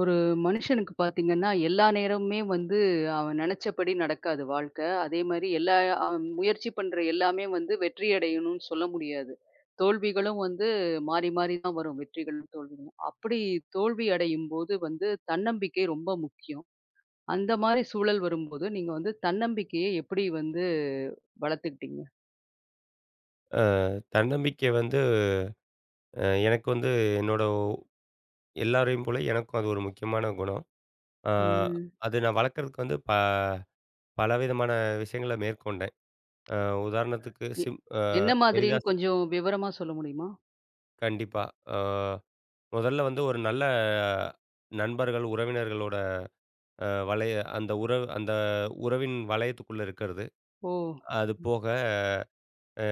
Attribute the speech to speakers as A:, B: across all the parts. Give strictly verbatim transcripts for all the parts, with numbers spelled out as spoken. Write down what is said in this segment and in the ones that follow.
A: ஒரு மனுஷனுக்கு பார்த்தீங்கன்னா, எல்லா நேரமுமே வந்து அவன் நெனச்சபடி நடக்காது வாழ்க்கை. அதே மாரி எல்லா அவன் முயற்சி பண்ற எல்லாமே வந்து வெற்றி அடையணும்னு சொல்ல முடியாது. தோல்விகளும் வந்து மாறி மாறி தான் வரும். வெற்றிகளும், தோல்விகளும். அப்படி தோல்வி அடையும்போது வந்து தன்னம்பிக்கை ரொம்ப முக்கியம். அந்த மாரி சூழல் வரும்போது, நீங்க வந்து தன்னம்பிக்கைய எப்படி வந்து வளர்த்துக்கிட்டீங்க?
B: தன்னம்பிக்கை வந்து அ எனக்கு வந்து என்னோட ஒ- எல்லாரையும் போல எனக்கும் அது ஒரு முக்கியமான குணம். அ
A: ம்.
B: அது நான் வளர்க்கறதுக்கு வந்து ப பலவிதமான விஷயங்கள மேற்கொண்டேன். அ உதாரணத்துக்கு
A: எ
B: சிம் அ
A: என்ன
B: எளிதா
A: மாதிரின்னு
B: சொ
A: கொஞ்சம் விவரமா சொல்ல முடியுமா?
B: கண்டிப்பா. அ முதல்ல வந்து ஒரு நல்ல நண்பர்கள், உறவினர்களோட அ வளைய அந்த உறவு அந்த உறவின் வளையத்துக்குள்ள இருக்கிறது.
A: ஓ!
B: அது
A: ம்.
B: போக அ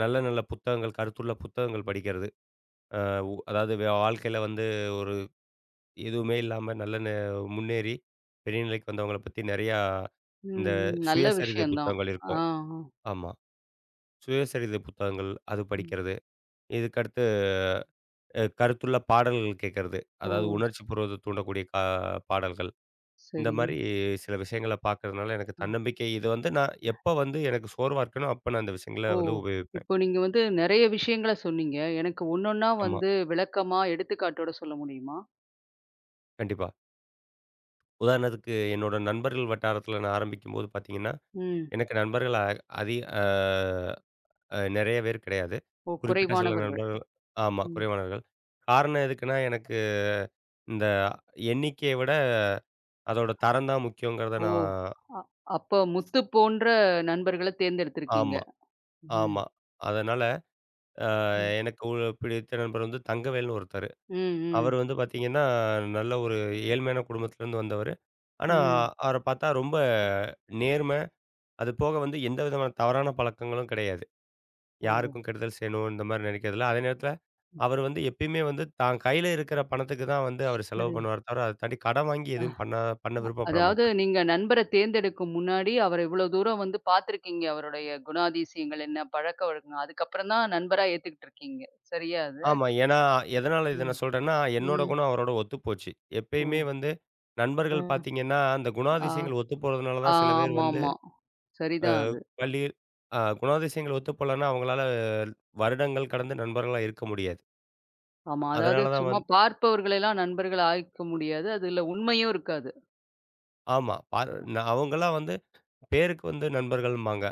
B: நல்ல நல்ல புத்தகங்கள், கருத்துள்ள புத்தகங்கள் படிக்கிறது. அ உ அதாவது வாழ்க்கையில வந்து ஒரு எதுவுமே இல்லாம நல்ல நெ முன்னேறி பெரிய நிலைக்கு வந்தவங்கள பத்தி நெறையா இந்த
A: ம். நல்ல
B: சுயசரிதை
A: விஷயம் தான்.
B: புத்தகங்கள்
A: ஆ.
B: இருக்கும்.
A: ஆ.
B: ஆமா. சுயசரிதை புத்தகங்கள் அது
A: ம்.
B: படிக்கிறது. இதுக்கடுத்து அ கருத்துள்ள பாடல்கள் கேட்கறது.
A: ஓ!
B: அதாவது உணர்ச்சிபூர்வத்த தூண்டக்கூடிய கா பாடல்கள். இந்த
A: சரி.
B: மாரி சில விஷயங்கள பார்க்கறதுனால எனக்கு
A: அ
B: தன்னம்பிக்கை இது வந்து நான் எப்ப வந்து எனக்கு சோர்வா இருக்கனோ, அப்ப நான் இந்த விஷயங்கள
A: ஓ!
B: வந்து உபயோகிப்பேன்.
A: இப்போ நீங்க வந்து நெறைய விஷயங்கள சொன்னீங்க. எனக்கு ஒன்னொன்னா
B: ஆமா.
A: வந்து விளக்கமா எடுத்துக்காட்டோட சொல்ல முடியுமா?
B: கண்டிப்பா. உதாரணத்துக்கு என்னோட நண்பர்கள் வட்டாரத்துல நான் ஆரம்பிக்கும்போது பார்த்தீங்கன்னா,
A: ம்.
B: எனக்கு நண்பர்கள் அ அதி அ அ நெறைய பேர் கிடையாது.
A: ஓ!
B: குறிப்பிட்ட சில
A: குறைவானவர்கள்.
B: நண்பர்கள். ஆமா,
A: ம்.
B: குறைவானவர்கள். காரணம் எதுக்குன்னா, எனக்கு இந்த எண்ணிக்கைய விட அதோட தரம் தான் முக்கியங்கிறத
A: ஓ!
B: நான்.
A: அ அப்ப முத்து போன்ற நண்பர்கள தேர்ந்தெடுத்திருக்கீங்க.
B: ஆமா,
A: ம்.
B: ஆமா. அதனால அ
A: ம்.
B: எனக்கு ஒரு பிடித்த நண்பர் வந்து தங்கவேல்னு ஒருத்தரு.
A: ம்.
B: அவர்
A: ம்.
B: வந்து பார்த்தீங்கன்னா, நல்ல ஒரு ஏழ்மையான குடும்பத்திலேருந்து வந்தவரு. ஆனா,
A: ம்.
B: அவர பார்த்தா ரொம்ப நேர்மை. அது போக வந்து எந்த விதமான தவறான பழக்கங்களும் கிடையாது.
A: ஓ!
B: யாருக்கும் கெடுதல் செய்யணும் இந்த மாரி நினைக்கிறதில்ல. அதே நேரத்தில அவர் வந்து எப்பயுமே வந்து தான் கையில இருக்கிற பணத்துக்கு தான் வந்து அவர் செலவு
A: சரி.
B: பண்ணுவார் தவிர, அத தாண்டி கடன் வாங்கி
A: அ
B: எதுவும் பண்ண பண்ண விருப்பப்பட
A: அதாவது
B: மாட்டார்.
A: நீங்க நண்பர தேர்ந்தெடுக்கும் முன்னாடி அவர இவ்வளோ தூரம் வந்து பார்த்துருக்கீங்க. அவருடைய குணாதிசயங்கள் என்ன? பழக்கவழக்கங்கள். அதுக்கப்புறம் தான் நண்பரா ஏத்துக்கிட்டு இருக்கீங்க. சரியா அது?
B: ஆமா. ஏன்னா, எதனால இத
A: ம்.
B: நான் சொல்றேன்னா, என்னோட
A: ம்.
B: குணம் அவரோட ஒத்துப்போச்சு.
A: ஓ!
B: எப்பயுமே வந்து நண்பர்கள்
A: ம்.
B: பார்த்தீங்கன்னா, அந்த
A: ஆ,
B: குணாதிசயங்கள் ஒத்து போறதுனால தான் சில பேர் வந்து
A: ஆமாமா.
B: அ
A: சரிதான் அது.
B: பள்ளி அ குணாதிசயங்கள் ஒத்து போலன்னா, அவங்களால வருடங்கள் கடந்து நண்பர்களா இருக்க முடியாது.
A: ஆமா. அதாவது
B: அதனால தான்
A: சும்மா
B: வந்து.
A: பார்ப்பவர்களெல்லாம் நண்பர்கள் ஆயிக்க முடியாது. அதுல உண்மையும் இருக்காது.
B: ஆமா. பார் நான் அவங்கலாம் வந்து பேருக்கு வந்து நண்பர்கள்ம்பாங்க.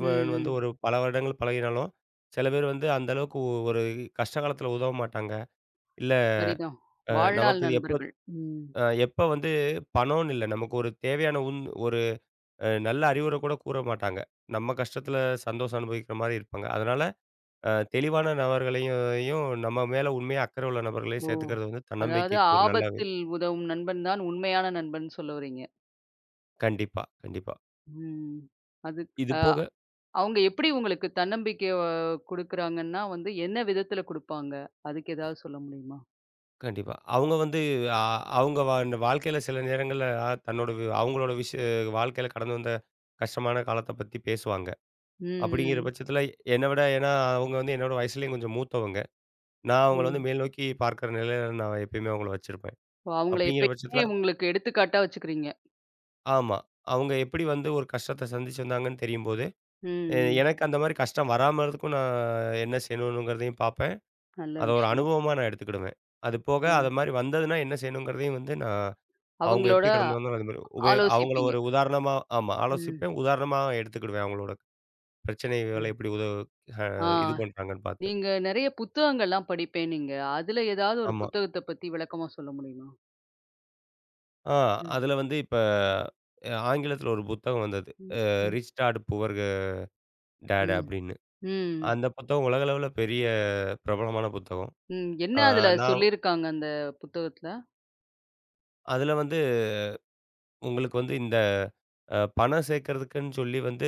A: ம்,
B: வந்து
A: ம்.
B: ஒரு பல வருடங்கள் பழகினாலும், சில பேர் வந்து அந்த அளவுக்கு ஒ- ஒரு கஷ்ட காலத்தில உதவ மாட்டாங்க. இல்ல
A: சரிதான்.
B: அ
A: வாழ்நாள்
B: நமக்கு இது எப்ப
A: நண்பர்கள். ம்.
B: அ எப்ப வந்து பணம்னு இல்ல. நமக்கு ஒரு தேவையான உன் ஒரு அ நல்ல அறிவுரை கூட கூற மாட்டாங்க. நம்ம கஷ்டத்தில சந்தோஷம் அனுபவிக்கிற மாரி இருப்பாங்க. அதனால அ தெளிவான நபர்களையும் நம்ம மேல உண்மையா அக்கறை உள்ள நபர்களையும்
A: ஓ!
B: சேர்த்துக்கிறது வந்து
A: அதாவது
B: தன்னம்பிக்கைக்கு ஒரு நல்ல வி-
A: ஆபத்தில் உதவும் நண்பன் தான் உண்மையான நண்பன்னு சொல்ல வரீங்க.
B: கண்டிப்பா, கண்டிப்பா.
A: ம். அதுக்
B: இது
A: அ
B: போக
A: அவங்க எப்படி உங்களுக்கு தன்னம்பிக்கை அ குடுக்குறாங்கன்னா வந்து என்ன விதத்துல குடுப்பாங்க? அதுக்கு ஏதாவது சொல்ல முடியுமா?
B: கண்டிப்பா. அவங்க வந்து அ அவங்க வ வாழ்க்கையில சில நேரங்கள்ல ஆ, தன்னோட வி அவங்களோட விஷய வாழ்க்கையில கடந்து வந்த கஷ்டமான காலத்த பத்தி பேசுவாங்க.
A: ம்,
B: அப்படிங்கிற
A: ம்.
B: பட்சத்தில என்ன விட ஏன்னா அவங்க வந்து என்னோட வயசுலயும் கொஞ்சம் மூத்தவங்க. நான் அவங்கள வந்து
A: ம்.
B: மேல் நோக்கி பார்க்கிற நிலையில நான் எப்பயுமே அவங்கள வச்சிருப்பேன்.
A: ஓ! அவங்கள
B: அப்படிங்கிற
A: எப்பயுமே
B: பட்சத்தில
A: உங்களுக்கு எடுத்துக்காட்டா வச்சுக்கிறீங்க.
B: ஆமா. அவங்க எப்படி வந்து ஒரு கஷ்டத்த சந்திச்சு வந்தாங்கன்னு தெரியும்போது,
A: ம்,
B: எ
A: ம்.
B: எனக்கு அந்த மாரி கஷ்டம் வராம இருதுக்கும் நான் என்ன செய்யணுங்கிறதையும் பார்ப்பேன்.
A: நல்ல
B: அத ஒரு
A: விஷயம்.
B: அனுபவமா நான் எடுத்துக்கிடுவேன். அது போக
A: ஓ!
B: அது மாரி வந்ததுன்னா என்ன செய்யணுங்கிறதையும் வந்து நான் அவங்க
A: அவங்களோட
B: எப்படி கடந்து வந்தாலும் அது மாரி உபயோ அவங்கள
A: ஆலோசிப்பீங்க.
B: ஒரு உதாரணமா. ஆமா.
A: ம்.
B: ஆலோசிப்பேன். உதாரணமா எடுத்துக்கிடுவேன் அவங்களோட பிரச்சனைகள
A: ம்.
B: எப்படி உத அ
A: ஆ
B: இது பண்றாங்கன்னு பார்த்து.
A: நீங்க நெறைய புத்தகங்கள்லாம் படிப்பேன்னீங்க. அதுல ஏதாவது ஒரு
B: ஆமா.
A: புத்தகத்த பத்தி விளக்கமா சொல்ல முடியுமா?
B: ஆ
A: ம்.
B: அதில வந்து இப்ப அ ஆங்கிலத்தில ஒரு புத்தகம் வந்தது.
A: ம்.
B: அ
A: ம்.
B: ரிச் டாட் புவர் டாட்
A: ம்.
B: அப்படின்னு.
A: ம்.
B: அந்த புத்தகம் உலகளவில பெரிய பிரபலமான புத்தகம்.
A: ம்.
B: ஆ
A: என்ன அதுல
B: நான்
A: சொல்லியிருக்காங்க அந்த புத்தகத்துல?
B: அதில வந்து உங்களுக்கு வந்து இந்த அ பணம் சேர்க்கறதுக்குன்னு சொல்லி வந்து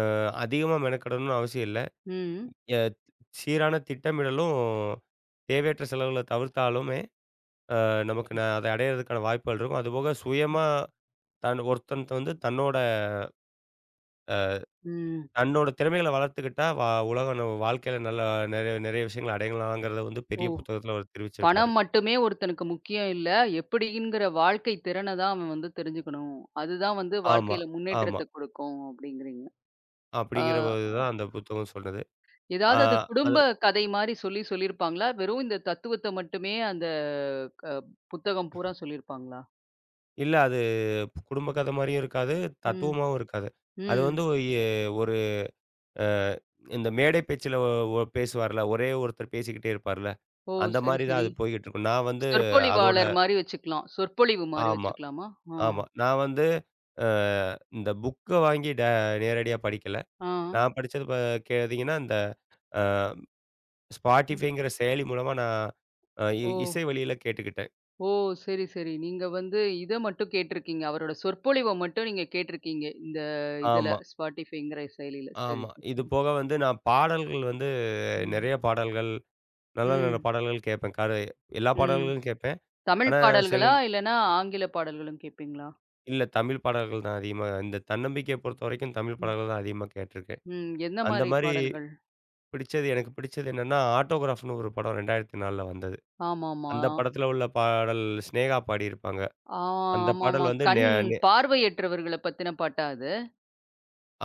B: அஹ் அதிகமா மெனக்கெடணும்னு அவசியம் இல்ல.
A: ம்.
B: எ சீரான திட்டமிடலும், தேவையற்ற செலவுகள தவிர்த்தாலும் நமக்கு
A: ம்.
B: ந அதை அடையிறதுக்கான வாய்ப்புகள் இருக்கும். அதுபோக சுயமா தன் ஒருத்தன் வந்து
A: ம்.
B: தன்னோட
A: ம்.
B: தன்னோட திறமைகள வளர்த்துக்கிட்டா, வா உலகம் நம்ம வாழ்க்கையில நல்லா நெறைய நெறைய விஷயங்கள அடையலாங்கிறத வந்து
A: ஓ!
B: பெரிய புத்தகத்துல அவர் தெரிவிச்சிருப்பாரு.
A: பணம் மட்டுமே ஒருத்தனுக்கு முக்கியம் இல்ல. எப்படிங்கிற வாழ்க்கை திறன தான் அவன் வந்து தெரிஞ்சுக்கணும். அதுதான் வந்து
B: ஆமா,
A: வாழ்க்கையில
B: ஆமா.
A: முன்னேற்றத்த குடுக்கும் அப்படிங்கிறீங்க. ஆ.
B: அப்படிங்கிற போது தான் அந்த புத்தகம் சொன்னது. ஆ
A: ஏதாவது அது
B: அது
A: குடும்ப கதை மாரி சொல்லி சொல்லியிருப்பாங்களா? வெறும் இந்த தத்துவத்த மட்டுமே அந்த க புத்தகம் பூரா சொல்லியிருப்பாங்களா?
B: இல்ல அது குடும்ப கதை மாரியும் இருக்காது,
A: ம்,
B: தத்துவமாவும் இருக்காது. அது
A: ம்.
B: வந்து ஒரு எ ஒரு அ இந்த மேடை பேச்சுல ஒ ஒ பேசுவார்ல, ஒரே ஒருத்தர் பேசிக்கிட்டே இருப்பார்ல,
A: ஓ!
B: அந்த
A: சரி,
B: மாரி தான்
A: சரி.
B: அது போய்க்கிட்டு இருக்கும். நான் வந்து அதோட.
A: சொற்பொழிவாளர் மாரி வச்சுக்கலாம். சொற்பொழிவு மாரி
B: ஆமா.
A: வச்சுக்கலாமா? ஆ,
B: ஆமா. நான் வந்து அ இந்த புக்க வாங்கி டே நேரடியா படிக்கல.
A: ஆ,
B: நான் படிச்சது ப கேட்டீங்கன்னா, இந்த அ
A: ம்.
B: Spotifyங்கிற செயலி மூலமா நான் அ இ
A: ஓ!
B: இசை வழியில கேட்டுக்கிட்டேன்.
A: ஓ! சரி, சரி. நீங்க வந்து இத மட்டும் கேட்டிருக்கீங்க. அவரோட சொற்பொழிவ மட்டும் நீங்க கேட்டிருக்கீங்க. இந்த இதுல
B: ஆமா,
A: Spotifyங்கிற செயலில. சரி,
B: ஆமா. இது
A: சரி.
B: போக வந்து நான் பாடல்கள் வந்து
A: ம்,
B: நெறைய பாடல்கள், நல்ல நல்ல
A: ம்,
B: பாடல்கள் கேட்பேன். காரு எல்லா
A: ம்.
B: பாடல்களும் கேட்பேன்.
A: தமிழ்
B: ஆனா சில
A: பாடல்களா? இல்லன்னா ஆங்கில பாடல்களும் கேட்பீங்களா?
B: இல்ல தமிழ் பாடல்கள் தான் அதிகமா. இந்த தன்னம்பிக்கைய பொறுத்தவரைக்கும் தமிழ்
A: ம்.
B: பாடல்கள் தான் அதிகமா கேட்டிருக்கேன்.
A: ம். என்ன
B: அந்த
A: மாரி
B: மாரி
A: பாடல்கள்?
B: பிடிச்சது எனக்கு பிடிச்சது என்னன்னா, ஆட்டோகிராஃப்னு ஒரு படம் இரண்டாயிரத்து நான்கில் வந்தது.
A: ஆமாமா.
B: அந்த படத்துல உள்ள பாடல் சினேகா பாடியிருப்பாங்க.
A: ஆ
B: அந்த
A: ஆமாமா.
B: பாடல் வந்து நெ
A: கண்
B: நெ
A: பார்வையற்றவர்கள பத்தின பாட்டா அது?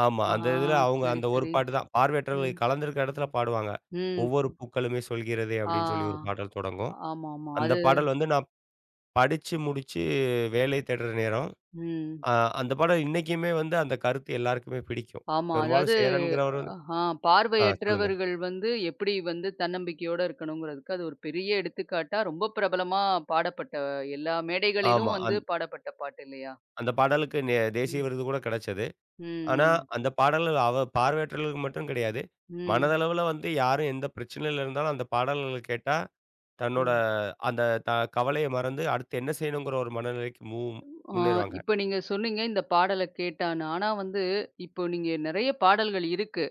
B: ஆமா.
A: ஆ
B: அந்த இதுல அவங்க
A: சரி,
B: அந்த ஒரு
A: சரி.
B: பாட்டு தான்.
A: ம்.
B: பார்வையற்றவர்கள் கலந்திருக்கிற இடத்துல பாடுவாங்க. "ஒவ்வொரு
A: ம்.
B: பூக்களுமே சொல்கிறதே"
A: ஆ
B: அப்படின்னு சொல்லி ஒரு பாடல் தொடங்கும்.
A: ஆமாமா.
B: அந்த
A: அது
B: பாடல் வந்து நான் படிச்சு முடிச்சு வேலை தேடுற நேரம்.
A: ம்.
B: அ அந்த பாடல் இன்னைக்குமே வந்து அந்த கருத்து எல்லாருக்குமே பிடிக்கும்.
A: ஆமா. அதாவது
B: பெரும்பாலும் சேரன்ங்கிறவரு
A: ஆ
B: ஆ சொல்லுங்க.
A: பார்வையற்றவர்கள் வந்து எப்படி வந்து தன்னம்பிக்கையோட இருக்கணுங்கிறதுக்கு அது ஒரு பெரிய எடுத்துக்காட்டா ரொம்ப பிரபலமா பாடப்பட்ட எல்லா
B: ஆமா.
A: மேடைகளிலும் வந்து
B: அந்
A: பாடப்பட்ட பாட்டு இல்லையா?
B: அந்த பாடலுக்கு நெ தேசிய
A: ம்.
B: விருது கூட கிடைச்சது. ஆனா,
A: ம்.
B: அந்த பாடல்கள் அவ பார்வையற்றவர்களுக்கு மட்டும் கிடையாது.
A: ம். ம்.
B: மனதளவுல வந்து யாரும் எந்த பிரச்சனையில இருந்தாலும் அந்த பாடல்கள கேட்டா, தன்னோட
A: ம்.
B: அந்த த கவலைய மறந்து அடுத்து என்ன செய்யணுங்கிற ஒரு மனநிலைக்கு மூ
A: ஆ,
B: முன்னேறுவாங்க.
A: இப்ப நீங்க சொன்னீங்க இந்த பாடல கேட்டான்னு. ஆனா வந்து, இப்போ நீங்க நெறைய பாடல்கள் இருக்கு.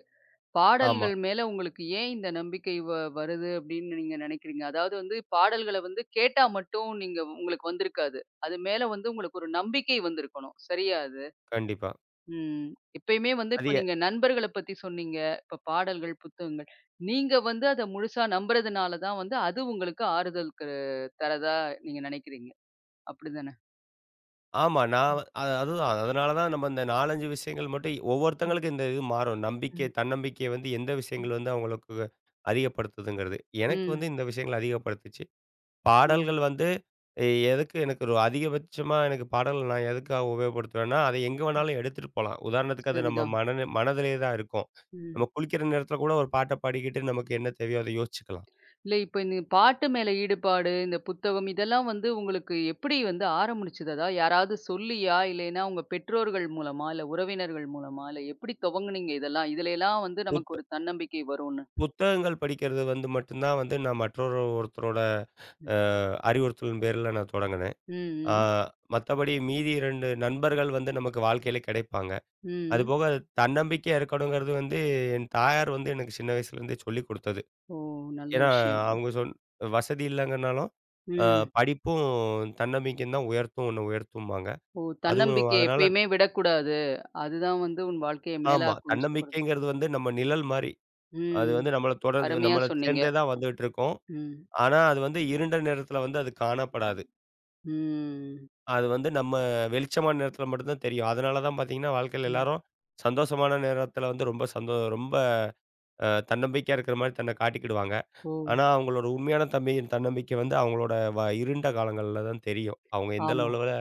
B: ஆமா,
A: பாடல்கள் மேல உங்களுக்கு ஏன் இந்த நம்பிக்கை வ வருது அப்படின்னு நீங்க நெனைக்கிறீங்க? அதாவது வந்து பாடல்கள வந்து கேட்டா மட்டும் நீங்க உங்களுக்கு வந்திருக்காது. அது மேல வந்து உங்களுக்கு ஒரு நம்பிக்கை வந்திருக்கணும். சரியா அது?
B: கண்டிப்பா.
A: ம். எப்பயுமே வந்து
B: அது
A: இப்ப
B: எ
A: நீங்க நண்பர்கள பத்தி சொன்னீங்க. இப்ப பாடல்கள், புத்தகங்கள். நீங்க வந்து அத முழுசா நம்புறதுனால தான் வந்து அது உங்களுக்கு ஆறுதலுக்கு தரதா நீங்க நெனைக்கிறீங்க. அப்படிதானே?
B: ஆமா நான் வ- அ அதுதான். அதனால தான் நம்ம இந்த நான்கு, ஐந்து விஷயங்கள் மட்டும்
A: ம்.
B: ஒவ்வொருத்தங்களுக்கு இந்த இது மாறும். நம்பிக்கை,
A: ம்.
B: தன்னம்பிக்கை வந்து எந்த விஷயங்கள் வந்து அவங்களுக்கு அதிகப்படுத்துதுங்கிறது. எனக்கு
A: ம்.
B: வந்து இந்த விஷயங்கள் அதிகப்படுத்துச்சு.
A: ஆ.
B: பாடல்கள் வந்து எ எதுக்கு எனக்கு ஒரு அதிகபட்சமா எனக்கு பாடல் நான் எதுக்காக உபயோகப்படுத்துவேன்னா, அதை எங்கே வேணாலும் எடுத்துட்டு போலாம். உதாரணத்துக்கு அது நம்ம
A: சரிதான்.
B: மனநி மனதிலே தான் இருக்கும்.
A: ம்.
B: நம்ம குளிக்கிற நேரத்தில கூட ஒரு பாட்ட பாடிக்கிட்டு நமக்கு என்ன தேவையோ அதை யோசிச்சுக்கலாம்.
A: இல்ல இப்ப இந்த பாட்டு மேல ஈடுபாடு, இந்த புத்தகம் இதெல்லாம் வந்து உங்களுக்கு எப்படி வந்து ஆரம்பிச்சது? அதாவது யாராவது சொல்லியா? இல்லைன்னா உங்க பெற்றோர்கள் மூலமா? இல்ல உறவினர்கள் மூலமா? இல்ல எப்படி துவங்குனீங்க இதெல்லாம்? இதுலலாம் வந்து நமக்கு
B: புத்த
A: ஒரு தன்னம்பிக்கை வரும்னு.
B: புத்தகங்கள் படிக்கிறது வந்து மட்டும் தான் வந்து நான் மற்றொரு ஒருத்தரோட
A: ம்.
B: அ அறிவுறுத்தலின் பேரில நான் தொடங்குனேன். ஆ
A: ம்.
B: மத்தபடி மீதி இரண்டு நண்பர்கள் வந்து நமக்கு வாழ்க்கையில கிடைப்பாங்க.
A: ம். ம்.
B: அதுபோக தன்னம்பிக்கையா இருக்கணுங்கிறது வந்து என் தாயார் வந்து எனக்கு சின்ன வயசுலேருந்தே சொல்லிக் குடுத்தது.
A: ஓ! நல்ல
B: ஏன்னா,
A: விஷயம்.
B: அவங்க சொன் வசதி இல்லங்கனாலும், அ
A: ம்.
B: படிப்பும் தன்னம்பிக்கையும் தான் உயர்த்தும் உன்ன உயர்த்தும்பாங்க.
A: ஓ!
B: அதுவும்
A: தன்னம்பிக்கைய
B: அதனால
A: எப்பயுமே விடக்கூடாது. அதுதான் வந்து உன் வாழ்க்கைய
B: ஆமா.
A: மேலாக்கும்னு சொல்லக்கூடாது.
B: தன்னம்பிக்கைங்கிறது வந்து நம்ம நிழல் மாரி. அது
A: ம்.
B: வந்து நம்மள தொடர்ந்து
A: அருமையா
B: நம்மள
A: சொன்னீங்க.
B: சேர்ந்தே தான் வந்துட்டு இருக்கும்.
A: ம்.
B: ஆனா, அது வந்து இருண்ட நேரத்தில வந்து அது காணப்படாது.
A: ம்.
B: அது வந்து நம்ம வெளிச்சமான நேரத்தில மட்டும் தான் தெரியும். அதனால தான் பார்த்தீங்கன்னா, வாழ்க்கையில
A: ம்.
B: எல்லாரும் சந்தோஷமான நேரத்தில வந்து ரொம்ப சந்தோ ரொம்ப அ தன்னம்பிக்கையா இருக்கிற மாரி தன்னை காட்டிக்கிடுவாங்க.
A: ஓ!
B: ஆனா, அவங்களோட உண்மையான தம்பி தன்னம்பிக்கை வந்து அவங்களோட வ இருண்ட காலங்கள்ல தான் தெரியும். அவங்க எந்த
A: ஆமா.
B: லெவல்ல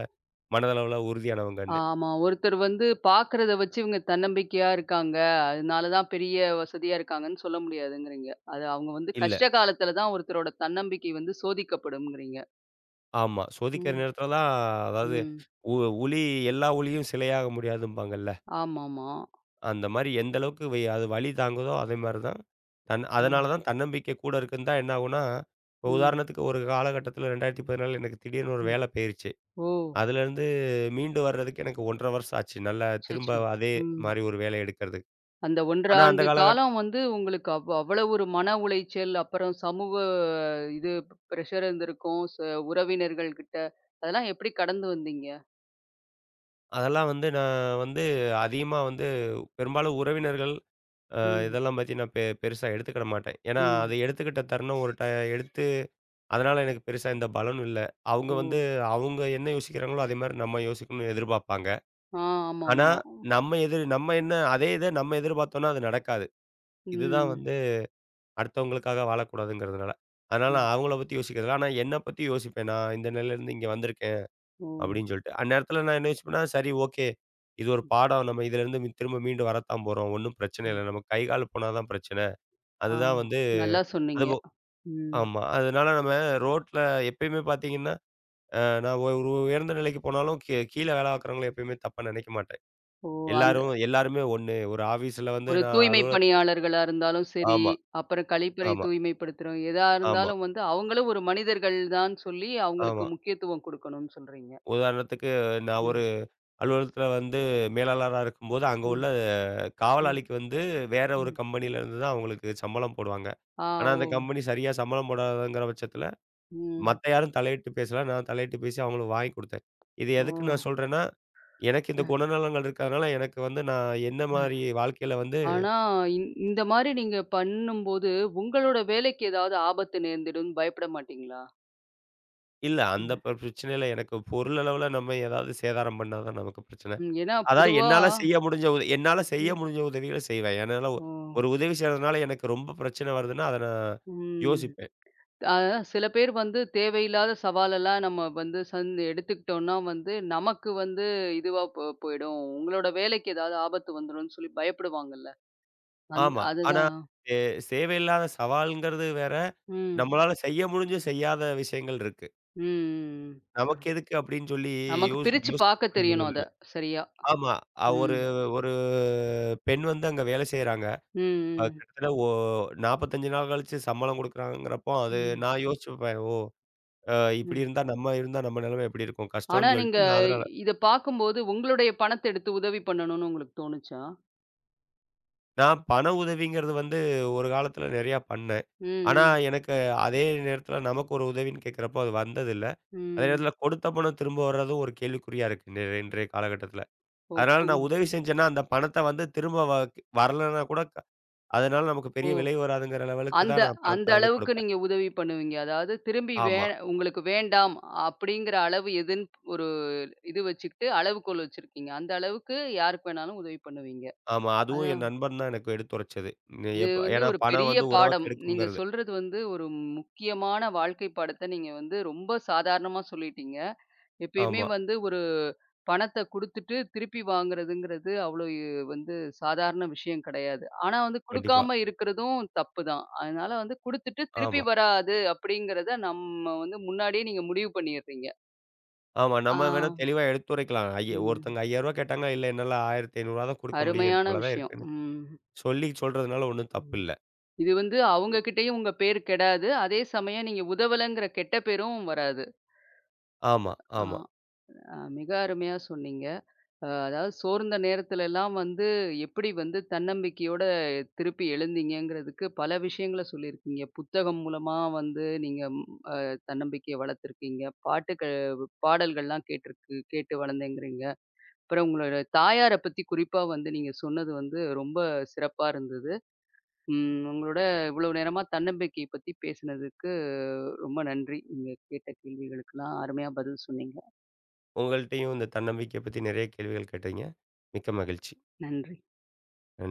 B: மனதளவுல உறுதியானவங்கன்னு.
A: ஆமா. ஒருத்தர் வந்து பார்க்கிறத வச்சு இவங்க தன்னம்பிக்கையா இருக்காங்க. அதனால தான் பெரிய வசதியா இருக்காங்கன்னு சொல்ல முடியாதுங்கிறீங்க. அது அவங்க வந்து
B: இல்ல.
A: கஷ்ட காலத்துல தான் ஒருத்தரோட தன்னம்பிக்கை வந்து சோதிக்கப்படும்ங்கிறீங்க.
B: ஆமா. சோதிக்கிற
A: ம்.
B: நேரத்தில தான் அதாவது
A: ம்.
B: உ "உளி எல்லா உளியும் சிலையாக முடியாதும்பாங்கல்ல."
A: ஆமாமா.
B: அந்த மாரி எந்த அளவுக்கு வை அது வலி தாங்குதோ, அதே மாரி தான் தன் அதனால
A: ம்.
B: தான் தன்னம்பிக்கை கூட இருக்குன்னு தான் என்ன ஆகும்னா, இப்போ
A: ம்.
B: உதாரணத்துக்கு ஒரு காலகட்டத்தில இரண்டாயிரத்து பதினான்கு எனக்கு திடீர்னு ஒரு
A: ம்.
B: வேலை போயிருச்சு.
A: ஓ!
B: அதுலேருந்து மீண்டு வர்றதுக்கு எனக்கு ஒன்றரை வருஷம் ஆச்சு. நல்லா திரும்ப
A: அச்சச்சோ!
B: அதே
A: ம்.
B: மாரி ஒரு வேலை எடுக்கிறதுக்கு.
A: அந்த ஒன்றரை
B: ஆனா, அந்த
A: ஆண்டு
B: காலகட்டத்தில
A: காலம் வந்து உங்களுக்கு அவ் அவ்வளவு ஒரு மன உளைச்சல், அப்புறம் சமூக இது பிரஷர் இருந்திருக்கும். ச உறவினர்கள் கிட்ட அதெல்லாம் எப்படி கடந்து வந்தீங்க?
B: அதெல்லாம் வந்து நான் வந்து அதிகமா வந்து பெரும்பாலும் உறவினர்கள் அ
A: ம்.
B: இதெல்லாம் பத்தி நான் பெ பெருசா எடுத்துக்கிட மாட்டேன். ஏன்னா,
A: ம்.
B: அது எடுத்துக்கிட்ட தருணம் ஒரு ட எடுத்து அதனால எனக்கு பெருசா எந்த பலனும் இல்ல. அவங்க
A: ஓ!
B: வந்து அவங்க என்ன யோசிக்கிறாங்களோ, அதே மாரி நம்ம யோசிக்கணும்னு எதிர்பார்ப்பாங்க.
A: ஆ.
B: ஆனா,
A: ஆமாமா.
B: நம்ம எதிர் நம்ம என்ன அதே இத நம்ம எதிர்பார்த்தோம்னா அது நடக்காது. இதுதான்
A: ம்.
B: வந்து அடுத்தவங்களுக்காக வாழக்கூடாதுங்கிறதுனால. அதனால
A: ம்.
B: நான் அவங்கள பத்தி யோசிக்கிறதில்ல. ஆனா, என்ன பத்தி யோசிப்பேன். நான் இந்த நிலையிலேருந்து இங்க வந்திருக்கேன்.
A: ஓ!
B: அப்படின்னு சொல்லிட்டு. அந்நேரத்தில நான் என்ன யோசிப்பேன்னா, சரி ஓகே. இது ஒரு
A: ம்,
B: பாடம். நம்ம இதிலேருந்து மீ திரும்ப மீண்டு வரத்தான் போறோம். ஒண்ணும் பிரச்சனை
A: ம்.
B: இல்ல. நம்ம கை, கால் போனா தான் பிரச்சனை.
A: ஆ
B: அதுதான் வந்து
A: நல்லா சொன்னீங்க.
B: அதுபோ
A: ம்.
B: ஆமா. அதனால நம்ம ரோட்ல எப்பயுமே பார்த்தீங்கன்னா, அ நான் ஒரு ஒரு உயர்ந்த நிலைக்கு போனாலும் கீ கீழ வேலை பார்க்குறவங்கள எப்பயுமே தப்பா நினைக்க மாட்டேன்.
A: ஓ! அந்த
B: எல்லாரும் எல்லாருமே ஒண்ணு. ஒரு ஆஃபீஸ்ல வந்து
A: ஒரு
B: நான்
A: தூய்மை
B: அலுவலகத்தில.
A: பணியாளர்களா இருந்தாலும் சரி,
B: ஆமா,
A: அப்புறம் கழிப்பறை
B: ஆமா,
A: தூய்மைப்படுத்துறோம். எதா
B: ஆமா,
A: இருந்தாலும் வந்து அவங்களும் ஒரு மனிதர்கள் தான் சொல்லி அவங்களுக்கு
B: ஆமா.
A: முக்கியத்துவம் குடுக்கணும்னு சொல்றீங்க.
B: உதாரணத்துக்கு நான் ஒரு
A: ம்,
B: அலுவலகத்தில வந்து மேலாளரா இருக்கும்போது, அங்க உள்ள
A: ம், ம்,
B: காவலாளிக்கு வந்து வேற ஒரு
A: ம்.
B: கம்பெனில இருந்து தான் அவங்களுக்கு சம்பளம் போடுவாங்க.
A: ஆ,
B: ஆனா,
A: ஓ!
B: அந்த கம்பெனி சரியா சம்பளம் போடாதங்கிற பட்சத்தில,
A: ம்.
B: மத்த யாரும் தலையிட்டு பேசல. நான் தலையிட்டு பேசி அவங்களுக்கு வாங்கி குடுத்தேன். இது
A: ஓ!
B: எதுக்கு நான் சொல்றேன்னா, எனக்கு இந்த
A: அ,
B: குணநலங்கள் இருக்கிறதுனால, எனக்கு வந்து நான் என்ன மாரி
A: அ.
B: வாழ்க்கையில வந்து
A: ஆனா இந் இந்த மாரி நீங்க பண்ணும்போது, உங்களோட வேலைக்கு ஏதாவது ஆபத்து நேர்ந்துடும்னு பயப்பட மாட்டீங்களா?
B: இல்ல அந்த
A: ம்.
B: ப பிரச்சனை இல்ல. எனக்கு பொருளளவுல நம்ம ஏதாவது சேதாரம் பண்ணா தான் நமக்கு பிரச்சனை.
A: ம். ஏன்னா
B: அதான்
A: பொதுவா
B: என்னால செய்ய முடிஞ்ச உத என்னால செய்ய
A: ம்.
B: முடிஞ்ச உதவிகள செய்வேன். என்னால
A: ஓ!
B: ஒ- ஒரு உதவி செய்றதுனால எனக்கு ரொம்ப பிரச்சனை வருதுன்னா, அத நான்
A: ம்.
B: யோசிப்பேன்.
A: அதான் சில பேர் வந்து தேவையில்லாத சவாலெல்லாம் நம்ம வந்து சந் எடுத்துக்கிட்டோம்னா வந்து, நமக்கு வந்து இதுவா போ போயிடும். உங்களோட வேலைக்கு ஏதாவது ஆபத்து வந்துரும்ன்னு சொல்லி பயப்படுவாங்கல்ல. அந்
B: ஆமா. ஆனா,
A: அதுதான்.
B: சே சேவையில்லாத சவால்ங்கிறது வேற.
A: ம்.
B: நம்மளால செய்ய முடிஞ்சு செய்யாத விஷயங்கள் இருக்கு.
A: ம். ம். அ
B: நமக்கு எதுக்கு அப்படின்னு சொல்லி
A: நமக்கு
B: யோசி
A: பிரிச்சு பார்க்க
B: யோசிக்கக்கூடிய
A: தெரியணும் அத,
B: மனநிலை.
A: சரியா.
B: ஆமா. அ ஒரு
A: ம்.
B: ஒரு பெண் வந்து அங்க வேலை செய்றாங்க. அது
A: ம்.
B: கிட்டத்தட்ட ஓ நாற்பத்தி ஐந்து நாள் கழிச்சு சம்பளம் குடுக்குறாங்கிறப்போ, அது
A: ம். ம்.
B: நான் யோசிச்சுப்பேன். ஓ! அ இப்படி
A: ம்.
B: இருந்தா நம்ம இருந்தா நம்ம நிலைமை எப்படி இருக்கும்?
A: ஆனா
B: கஷ்டம்னு
A: நீங்க
B: சொல்லிட்டு நான் அதனால
A: இத பார்க்கும்போது உங்களுடைய பணத்த எடுத்து உதவி பண்ணணும்னு உங்களுக்கு தோணுச்சா?
B: நான் பண உதவிங்கிறது வந்து ஒரு காலத்துல நெறையா பண்ணேன்.
A: ம்.
B: ஆனா,
A: ம்.
B: எனக்கு அதே நேரத்துல நமக்கு ஒரு உதவின்னு கேட்கிறப்போ அது வந்ததில்ல. அதே
A: ம்.
B: நேரத்துல கொடுத்த பணம் திரும்ப வர்றதும் ஒரு கேள்விக்குறியா இருக்கு இன்றைய இன்றைய காலகட்டத்துல.
A: ஓ!
B: அதனால
A: ஓ!
B: நான் உதவி செஞ்சேன்னா, அந்த பணத்த வந்து திரும்ப வ வரலன்னா கூட க- அதனால நமக்கு
A: ஓ.
B: பெரிய விலை வராதுங்கிற லெவலுக்கு
A: அந்த
B: தான் நான் பணத்த
A: அந்த
B: வந்து
A: அளவுக்கு
B: கொடுப்பேன்.
A: நீங்க உதவி பண்ணுவீங்க. அதாவது திரும்பி வே
B: ஆமா,
A: உங்களுக்கு வேண்டாம் அப்படிங்கிற அளவு எதுன்னு ஒரு இது வச்சுக்கிட்டு அளவுகோல் வச்சிருக்கீங்க. அந்த அளவுக்கு யாருக்கு வேணாலும் உதவி பண்ணுவீங்க.
B: ஆமா. அதுவும்
A: அதான்
B: என் நண்பன் தான் எனக்கு எடுத்துரைச்சது. நீ
A: இது
B: எப்ப
A: வந்து
B: ஏன்னா
A: ஒரு
B: பணம்
A: பெரிய
B: வந்து உறவ
A: பாடம். நீங்க
B: கெடுக்குங்கிறது.
A: சொல்றது வந்து ஒரு முக்கியமான வாழ்க்கை பாடத்த நீங்க வந்து ரொம்ப சாதாரணமா சொல்லிட்டீங்க. எப்பயுமே
B: ஆமா,
A: வந்து ஒரு பணத்த குடுத்துட்டு திருப்பி வாங்குறதுங்கிறது அவ்வளோ வந்து சாதாரண விஷயம் கிடையாது. ஆனா வந்து
B: கண்டிப்பா.
A: குடுக்காம இருக்கிறதும் தப்பு தான். அதனால வந்து குடுத்துட்டு திருப்பி
B: ஆமா,
A: வராது அப்படிங்கிறத நம்ம வந்து முன்னாடியே நீங்க முடிவு பண்ணிடுறீங்க.
B: ஆமா.
A: ஆ,
B: நம்ம வேணா தெளிவா எடுத்துரைக்கலாம். ஐய
A: ம்.
B: ஒருத்தங்க ரூ. ஐந்தாயிரம் கேட்டாங்க. இல்ல என்னால ரூ. ஆயிரத்தி ஐந்நூறு தான் கொடுக்க முடியும். எனக்கு
A: அருமையான
B: இவ்வளவு தான்
A: விஷயம்.
B: இருக்குன்னு.
A: ம்.
B: சொல்லி சொல்றதுனால ஒண்ணும் தப்பு
A: ம்.
B: இல்ல.
A: இது வந்து அவங்க கிட்டயும் உங்க பேர் கெடாது. அதே சமயம் நீங்க உதவலங்கிற கெட்ட பேரும் வராது.
B: ஆமா,
A: ஆ,
B: ஆமா.
A: அ மிக அருமையா சொன்னீங்க. அ அதாவது சோர்ந்த நேரத்துல எல்லாம் வந்து, எப்படி வந்து தன்னம்பிக்கையோட திருப்பி எழுந்தீங்கங்கிறதுக்கு பல விஷயங்கள சொல்லியிருக்கீங்க. புத்தகம் மூலமா வந்து நீங்க ம் அ தன்னம்பிக்கைய வளர்த்துருக்கீங்க. பாட்டுக்க பாடல்கள்லாம் கேட்டுருக்கு கேட்டு வளர்ந்தேங்கிறீங்க. அப்புறம் உங்களோட தாயார பத்தி குறிப்பா வந்து நீங்க சொன்னது வந்து ரொம்ப சிறப்பா இருந்தது. ம் உங்களோட இவ்வளவு நேரமா தன்னம்பிக்கை பத்தி பேசினதுக்கு ரொம்ப நன்றி. நீங்க கேட்ட கேள்விகளுக்கெல்லாம் அருமையா பதில் சொன்னீங்க.
B: உங்கள்ட்டயும் இந்த தன்னம்பிக்கைய பத்தி நெறைய கேள்விகள் கேட்டீங்க. மிக்க மகிழ்ச்சி.
A: நன்றி.
B: நன்றி.